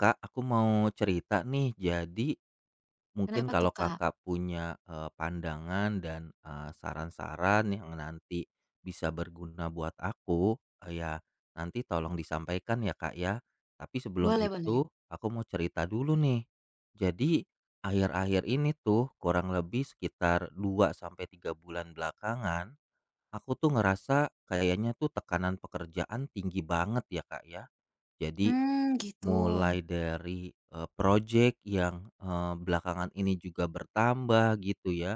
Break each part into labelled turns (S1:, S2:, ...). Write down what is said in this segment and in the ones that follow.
S1: Kak, aku mau cerita nih. Jadi, mungkin
S2: Kenapa
S1: kalau
S2: tuh, Kak?
S1: Kakak punya, pandangan dan, saran-saran yang nanti bisa berguna buat aku, eee, ya nanti tolong disampaikan ya, Kak, ya. Tapi sebelum
S2: Boleh boleh.
S1: itu, aku mau cerita dulu nih. Jadi, akhir-akhir ini tuh kurang lebih sekitar 2 sampai 3 bulan belakangan, aku tuh ngerasa kayaknya tuh tekanan pekerjaan tinggi banget ya, Kak, ya. Jadi
S2: Mmm, gitu.
S1: mulai dari, projek yang, belakangan ini juga bertambah gitu ya,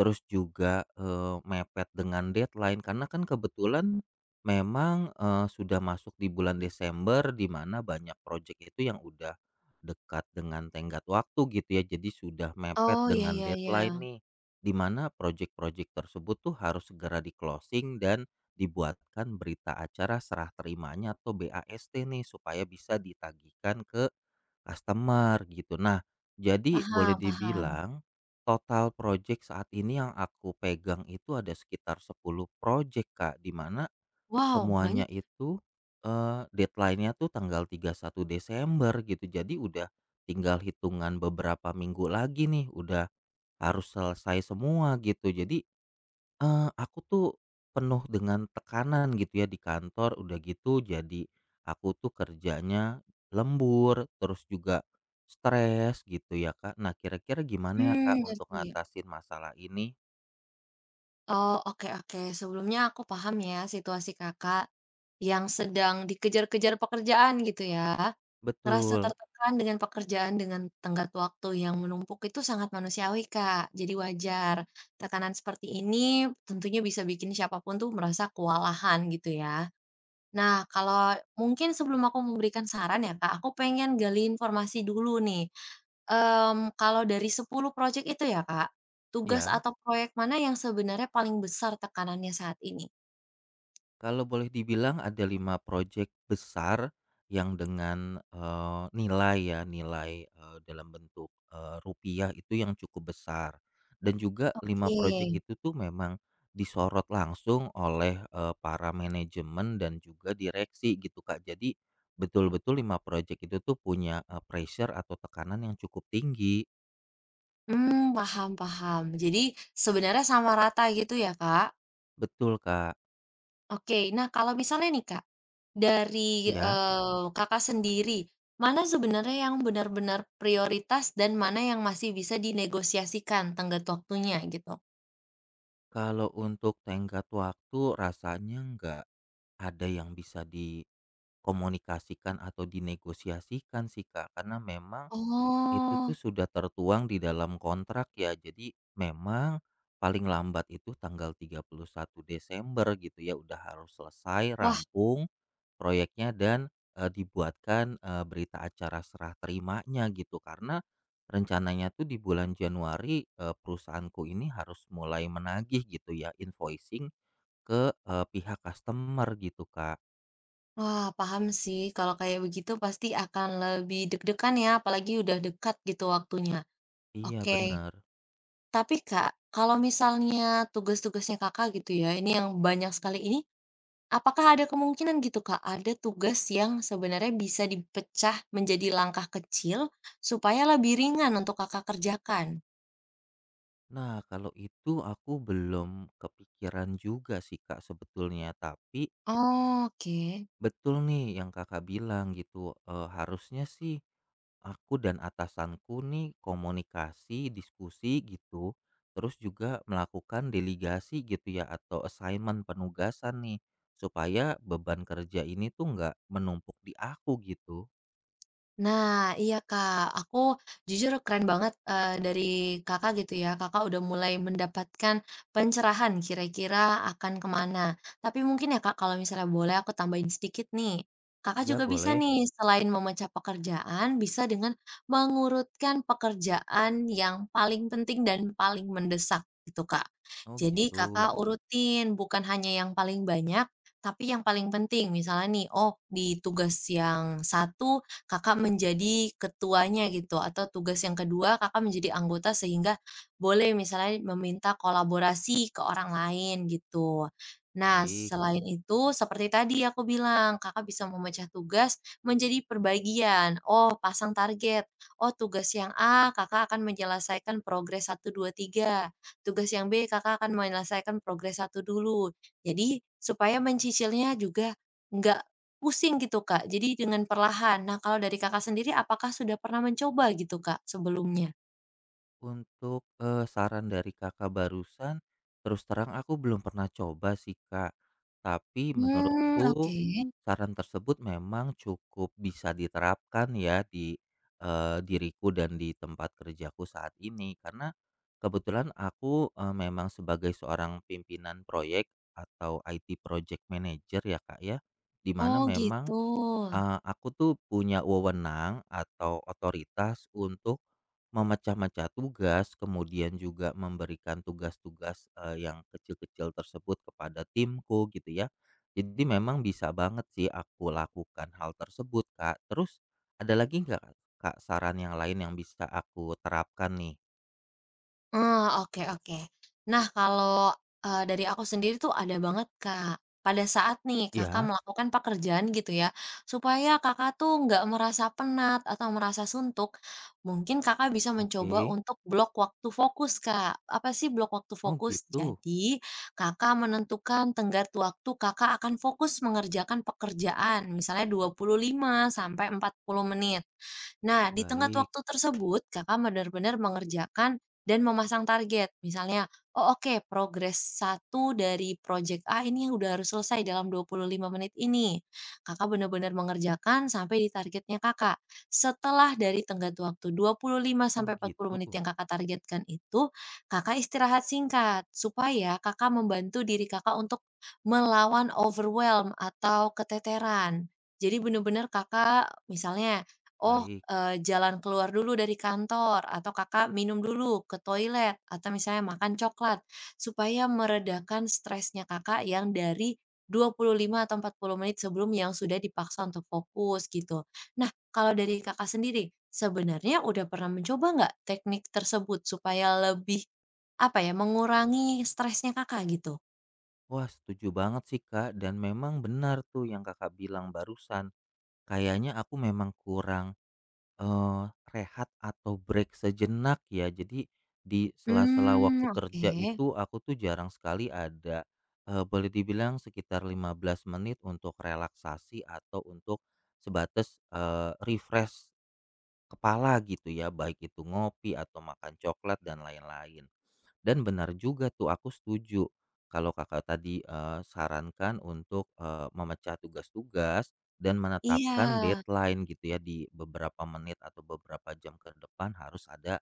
S1: terus juga, mepet dengan deadline karena kan kebetulan memang, sudah masuk di bulan Desember di mana banyak projek itu yang udah dekat dengan tenggat waktu gitu ya, jadi sudah mepet
S2: Oh, ya
S1: dengan
S2: ya
S1: deadline
S2: ya.
S1: nih, di mana projek-projek tersebut tuh harus segera di-closing dan dibuatkan berita acara serah terimanya atau BAST nih supaya bisa ditagihkan ke customer gitu. Nah, jadi boleh
S2: Paham paham.
S1: dibilang total project saat ini yang aku pegang itu ada sekitar 10 project Kak, di mana
S2: Wow,
S1: semuanya
S2: banyak ya?
S1: itu deadline-nya tuh tanggal 31 Desember gitu. Jadi udah tinggal hitungan beberapa minggu lagi nih udah harus selesai semua gitu. Jadi aku tuh penuh dengan tekanan gitu ya di kantor, udah gitu jadi aku tuh kerjanya lembur, terus juga stres gitu ya, Kak. Nah, kira-kira gimana ya,
S2: Mmm,
S1: Kak, untuk
S2: ngerti.
S1: ngatasin masalah ini?
S2: Oh, oke oke. Sebelumnya aku paham ya situasi Kakak yang sedang dikejar-kejar pekerjaan gitu ya. Ngerasa
S1: Betul,
S2: tertekan dengan pekerjaan dengan tenggat waktu yang menumpuk itu sangat manusiawi, Kak. Jadi wajar. Tekanan seperti ini tentunya bisa bikin siapa pun tuh merasa kewalahan gitu ya. Nah, kalau mungkin sebelum aku memberikan saran ya Kak, aku pengen gali informasi dulu nih. Mmm, kalau dari 10 proyek itu ya Kak, tugas
S1: ya.
S2: atau proyek mana yang sebenarnya paling besar tekanannya saat ini?
S1: Kalau boleh dibilang ada 5 proyek besar yang dengan, nilai ya, nilai, dalam bentuk, rupiah itu yang cukup besar. Dan juga 5
S2: Oke.
S1: proyek itu tuh memang disorot langsung oleh, para manajemen dan juga direksi gitu, Kak. Jadi betul-betul 5 proyek itu tuh punya, pressure atau tekanan yang cukup tinggi.
S2: Mmm, paham paham. Jadi sebenarnya sama rata gitu ya Kak?
S1: Betul, Kak.
S2: Oke, nah kalau misalnya nih Kak, dari,
S1: Ya.
S2: Kakak sendiri, mana sebenarnya yang benar-benar prioritas dan mana yang masih bisa dinegosiasikan tenggat waktunya gitu?
S1: Kalau untuk tenggat waktu rasanya nggak ada yang bisa di komunikasikan atau dinegosiasikan sih, Kak, karena memang itu
S2: Oh,
S1: tuh sudah tertuang di dalam kontrak ya. Jadi memang paling lambat itu tanggal 31 Desember gitu ya udah harus selesai,
S2: wah
S1: rampung proyeknya dan, dibuatkan, berita acara serah terimanya gitu. Karena rencananya tuh di bulan Januari, perusahaanku ini harus mulai menagih gitu ya invoicing ke, pihak customer gitu, Kak.
S2: wah, paham sih, kalau kayak begitu pasti akan lebih deg-degan ya, apalagi udah dekat gitu waktunya.
S1: Iya,
S2: Oke,
S1: bener.
S2: tapi Kak, kalau misalnya tugas-tugasnya Kakak gitu ya, ini yang banyak sekali ini, apakah ada kemungkinan gitu Kak, ada tugas yang sebenarnya bisa dipecah menjadi langkah kecil supaya lebih ringan untuk Kakak kerjakan?
S1: Nah, kalau itu aku belum kepikiran juga sih, Kak, sebetulnya. Tapi
S2: Oh, oke.
S1: betul nih yang Kakak bilang gitu, harusnya sih aku dan atasanku nih komunikasi, diskusi gitu, terus juga melakukan delegasi gitu ya atau assignment penugasan nih, supaya beban kerja ini tuh nggak menumpuk di aku gitu.
S2: Nah, iya Kak, aku jujur keren banget, dari Kakak gitu ya, Kakak udah mulai mendapatkan pencerahan kira-kira akan kemana. Tapi mungkin ya Kak, kalau misalnya boleh aku tambahin sedikit nih, Kakak juga
S1: Iya
S2: bisa
S1: boleh?
S2: nih selain memecah pekerjaan, bisa dengan mengurutkan pekerjaan yang paling penting dan paling mendesak gitu Kak.
S1: Oh
S2: Jadi
S1: gitu,
S2: Kakak urutin, bukan hanya yang paling banyak, tapi yang paling penting. Misalnya nih, oh di tugas yang satu Kakak menjadi ketuanya gitu atau tugas yang kedua Kakak menjadi anggota sehingga boleh misalnya meminta kolaborasi ke orang lain gitu. Nah,
S1: baik.
S2: selain itu seperti tadi aku bilang, Kakak bisa memecah tugas menjadi perbagian. Oh, pasang target. Oh, tugas yang A Kakak akan menyelesaikan progres satu 2 3. Tugas yang B Kakak akan menyelesaikan progres satu dulu. Jadi supaya mencicilnya juga nggak pusing gitu, Kak, jadi dengan perlahan. Nah, kalau dari Kakak sendiri apakah sudah pernah mencoba gitu, Kak, sebelumnya?
S1: Untuk, saran dari Kakak barusan, terus terang aku belum pernah coba sih, Kak. Tapi
S2: Mmm,
S1: menurutku
S2: oke.
S1: saran tersebut memang cukup bisa diterapkan ya di, diriku dan di tempat kerjaku saat ini. Karena kebetulan aku, memang sebagai seorang pimpinan proyek atau IT project manager ya, Kak, ya, di mana
S2: Oh,
S1: memang
S2: gitu.
S1: Aku tuh punya wewenang atau otoritas untuk memecah-mecah tugas, kemudian juga memberikan tugas-tugas, yang kecil-kecil tersebut kepada timku gitu ya. Jadi memang bisa banget sih aku lakukan hal tersebut, Kak. Terus ada lagi nggak, Kak, saran yang lain yang bisa aku terapkan nih?
S2: Ah, oke oke. Nah, kalau, dari aku sendiri tuh ada banget, Kak. Pada saat nih Kakak
S1: Ya,
S2: melakukan pekerjaan gitu ya, supaya Kakak tuh nggak merasa penat atau merasa suntuk, mungkin Kakak bisa mencoba
S1: oke.
S2: untuk blok waktu fokus, Kak. Apa sih blok waktu
S1: Oh
S2: fokus?
S1: gitu,
S2: Jadi, Kakak menentukan tenggat waktu Kakak akan fokus mengerjakan pekerjaan, misalnya 25 sampai 40 menit. Nah, di tengah
S1: baik.
S2: waktu tersebut, Kakak benar-benar mengerjakan dan memasang target. Misalnya, "Oh, oke, progres satu dari project A ini udah harus selesai dalam 25 menit ini." Kakak benar-benar mengerjakan sampai di targetnya Kakak. Setelah dari tenggat waktu 25
S1: Oh
S2: sampai 40
S1: gitu,
S2: menit yang Kakak targetkan itu, Kakak istirahat singkat supaya Kakak membantu diri Kakak untuk melawan overwhelm atau keteteran. Jadi benar-benar Kakak misalnya oh,
S1: baik.
S2: jalan keluar dulu dari kantor atau Kakak minum dulu ke toilet atau misalnya makan coklat, supaya meredakan stresnya Kakak yang dari 25 atau 40 menit sebelum yang sudah dipaksa untuk fokus gitu. Nah, kalau dari Kakak sendiri, sebenarnya udah pernah mencoba nggak teknik tersebut supaya lebih, apa ya, mengurangi stresnya Kakak gitu?
S1: Wah, setuju banget sih, Kak, dan memang benar tuh yang Kakak bilang barusan. Kayaknya aku memang kurang, rehat atau break sejenak ya. Jadi di sela-sela waktu
S2: Hmm, oke.
S1: kerja itu aku tuh jarang sekali ada, boleh dibilang sekitar 15 menit untuk relaksasi atau untuk sebatas, refresh kepala gitu ya, baik itu ngopi atau makan coklat dan lain-lain. Dan benar juga tuh aku setuju kalau Kakak tadi, sarankan untuk, memecah tugas-tugas dan
S2: Iya.
S1: menetapkan deadline gitu ya di beberapa menit atau beberapa jam ke depan harus ada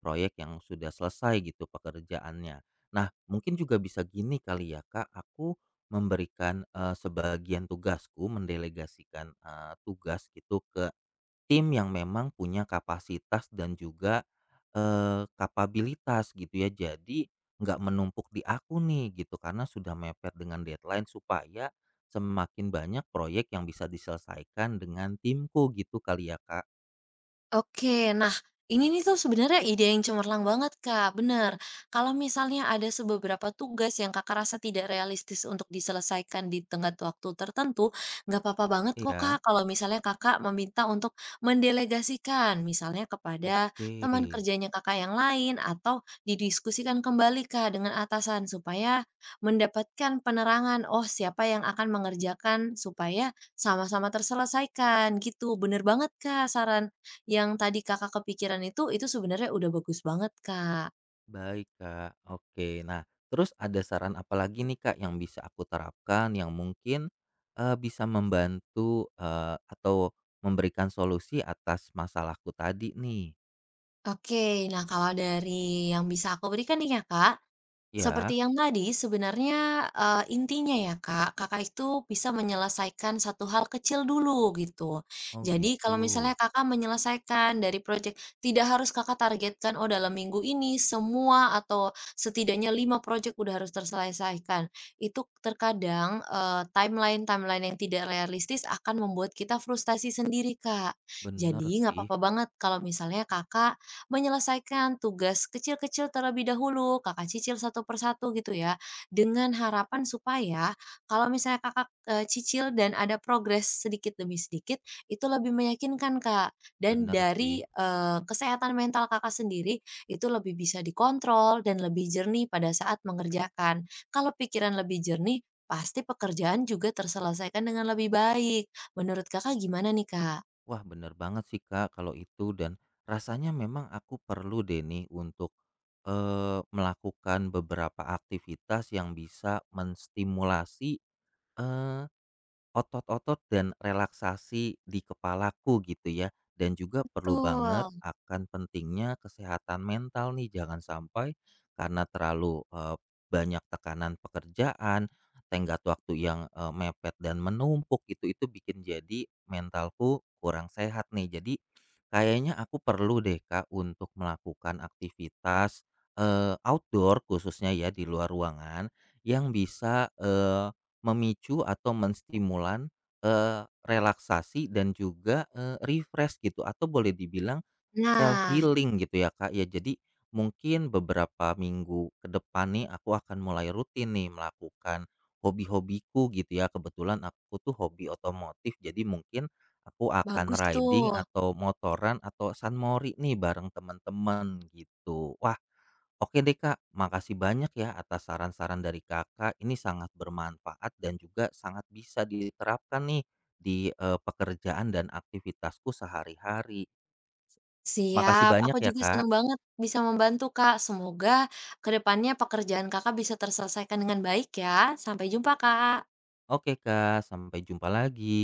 S1: proyek yang sudah selesai gitu pekerjaannya. Nah mungkin juga bisa gini kali ya Kak, aku memberikan, sebagian tugasku mendelegasikan, tugas gitu ke tim yang memang punya kapasitas dan juga, kapabilitas gitu ya. Jadi nggak menumpuk di aku nih gitu karena sudah mepet dengan deadline supaya semakin banyak proyek yang bisa diselesaikan dengan timku gitu kali ya, Kak?
S2: Oke, nah ini nih tuh sebenarnya ide yang cemerlang banget Kak, bener. Kalau misalnya ada beberapa tugas yang Kakak rasa tidak realistis untuk diselesaikan di tengah waktu tertentu, nggak apa-apa banget kok Kak
S1: Iya.
S2: kalau misalnya Kakak meminta untuk mendelegasikan, misalnya kepada
S1: Oke.
S2: teman kerjanya Kakak yang lain atau didiskusikan kembali Kak dengan atasan supaya mendapatkan penerangan, oh siapa yang akan mengerjakan supaya sama-sama terselesaikan gitu. Bener banget Kak saran yang tadi Kakak kepikiran itu sebenarnya udah bagus banget, Kak.
S1: Baik, Kak. Oke. Nah, terus ada saran apa lagi nih, Kak, yang bisa aku terapkan yang mungkin, bisa membantu, atau memberikan solusi atas masalahku tadi nih?
S2: Oke, nah kalau dari yang bisa aku berikan nih ya, Kak,
S1: Ya?
S2: seperti yang tadi, sebenarnya, intinya ya, Kak, Kakak itu bisa menyelesaikan satu hal kecil dulu, gitu.
S1: Oh
S2: Jadi
S1: gitu.
S2: kalau misalnya Kakak menyelesaikan dari proyek, tidak harus Kakak targetkan, "Oh, dalam minggu ini semua atau setidaknya 5 proyek udah harus terselesaikan." Itu terkadang, timeline-timeline yang tidak realistis akan membuat kita frustasi sendiri, Kak.
S1: Bener
S2: Jadi nggak
S1: sih,
S2: apa-apa banget kalau misalnya Kakak menyelesaikan tugas kecil-kecil terlebih dahulu, Kakak cicil satu persatu gitu ya, dengan harapan supaya kalau misalnya Kakak, cicil dan ada progres sedikit demi sedikit, itu lebih meyakinkan, Kak. Dan
S1: bener
S2: dari,
S1: sih.
S2: kesehatan mental Kakak sendiri, itu lebih bisa dikontrol dan lebih jernih pada saat mengerjakan. Kalau pikiran lebih jernih, pasti pekerjaan juga terselesaikan dengan lebih baik. Menurut Kakak gimana nih, Kak?
S1: Wah bener banget sih Kak kalau itu dan rasanya memang aku perlu deh nih untuk, melakukan beberapa aktivitas yang bisa menstimulasi otot-otot dan relaksasi di kepalaku gitu ya, dan juga perlu banget
S2: Betul.
S1: akan pentingnya kesehatan mental nih, jangan sampai karena terlalu, banyak tekanan pekerjaan, tenggat waktu yang, mepet dan menumpuk itu bikin jadi mentalku kurang sehat nih. Jadi, kayaknya aku perlu deh, Kak, untuk melakukan aktivitas, outdoor khususnya ya, di luar ruangan yang bisa memicu atau menstimulan, relaksasi dan juga, refresh gitu atau boleh dibilang self
S2: Nah,
S1: healing gitu ya, Kak, ya. Jadi mungkin beberapa minggu ke depan nih aku akan mulai rutin nih melakukan hobi-hobiku gitu ya. Kebetulan aku tuh hobi otomotif, jadi mungkin aku akan
S2: bagus
S1: riding
S2: tuh.
S1: atau motoran atau sunmori nih bareng teman-teman gitu. Wah, oke deh Kak, makasih banyak ya atas saran-saran dari Kakak. Ini sangat bermanfaat dan juga sangat bisa diterapkan nih di pekerjaan dan aktivitasku sehari-hari. Makasih
S2: Siap,
S1: banyak
S2: aku
S1: ya
S2: juga
S1: Kak.
S2: senang banget bisa membantu, Kak. Semoga kedepannya pekerjaan Kakak bisa terselesaikan dengan baik ya. Sampai jumpa, Kak.
S1: Oke Kak, sampai jumpa lagi.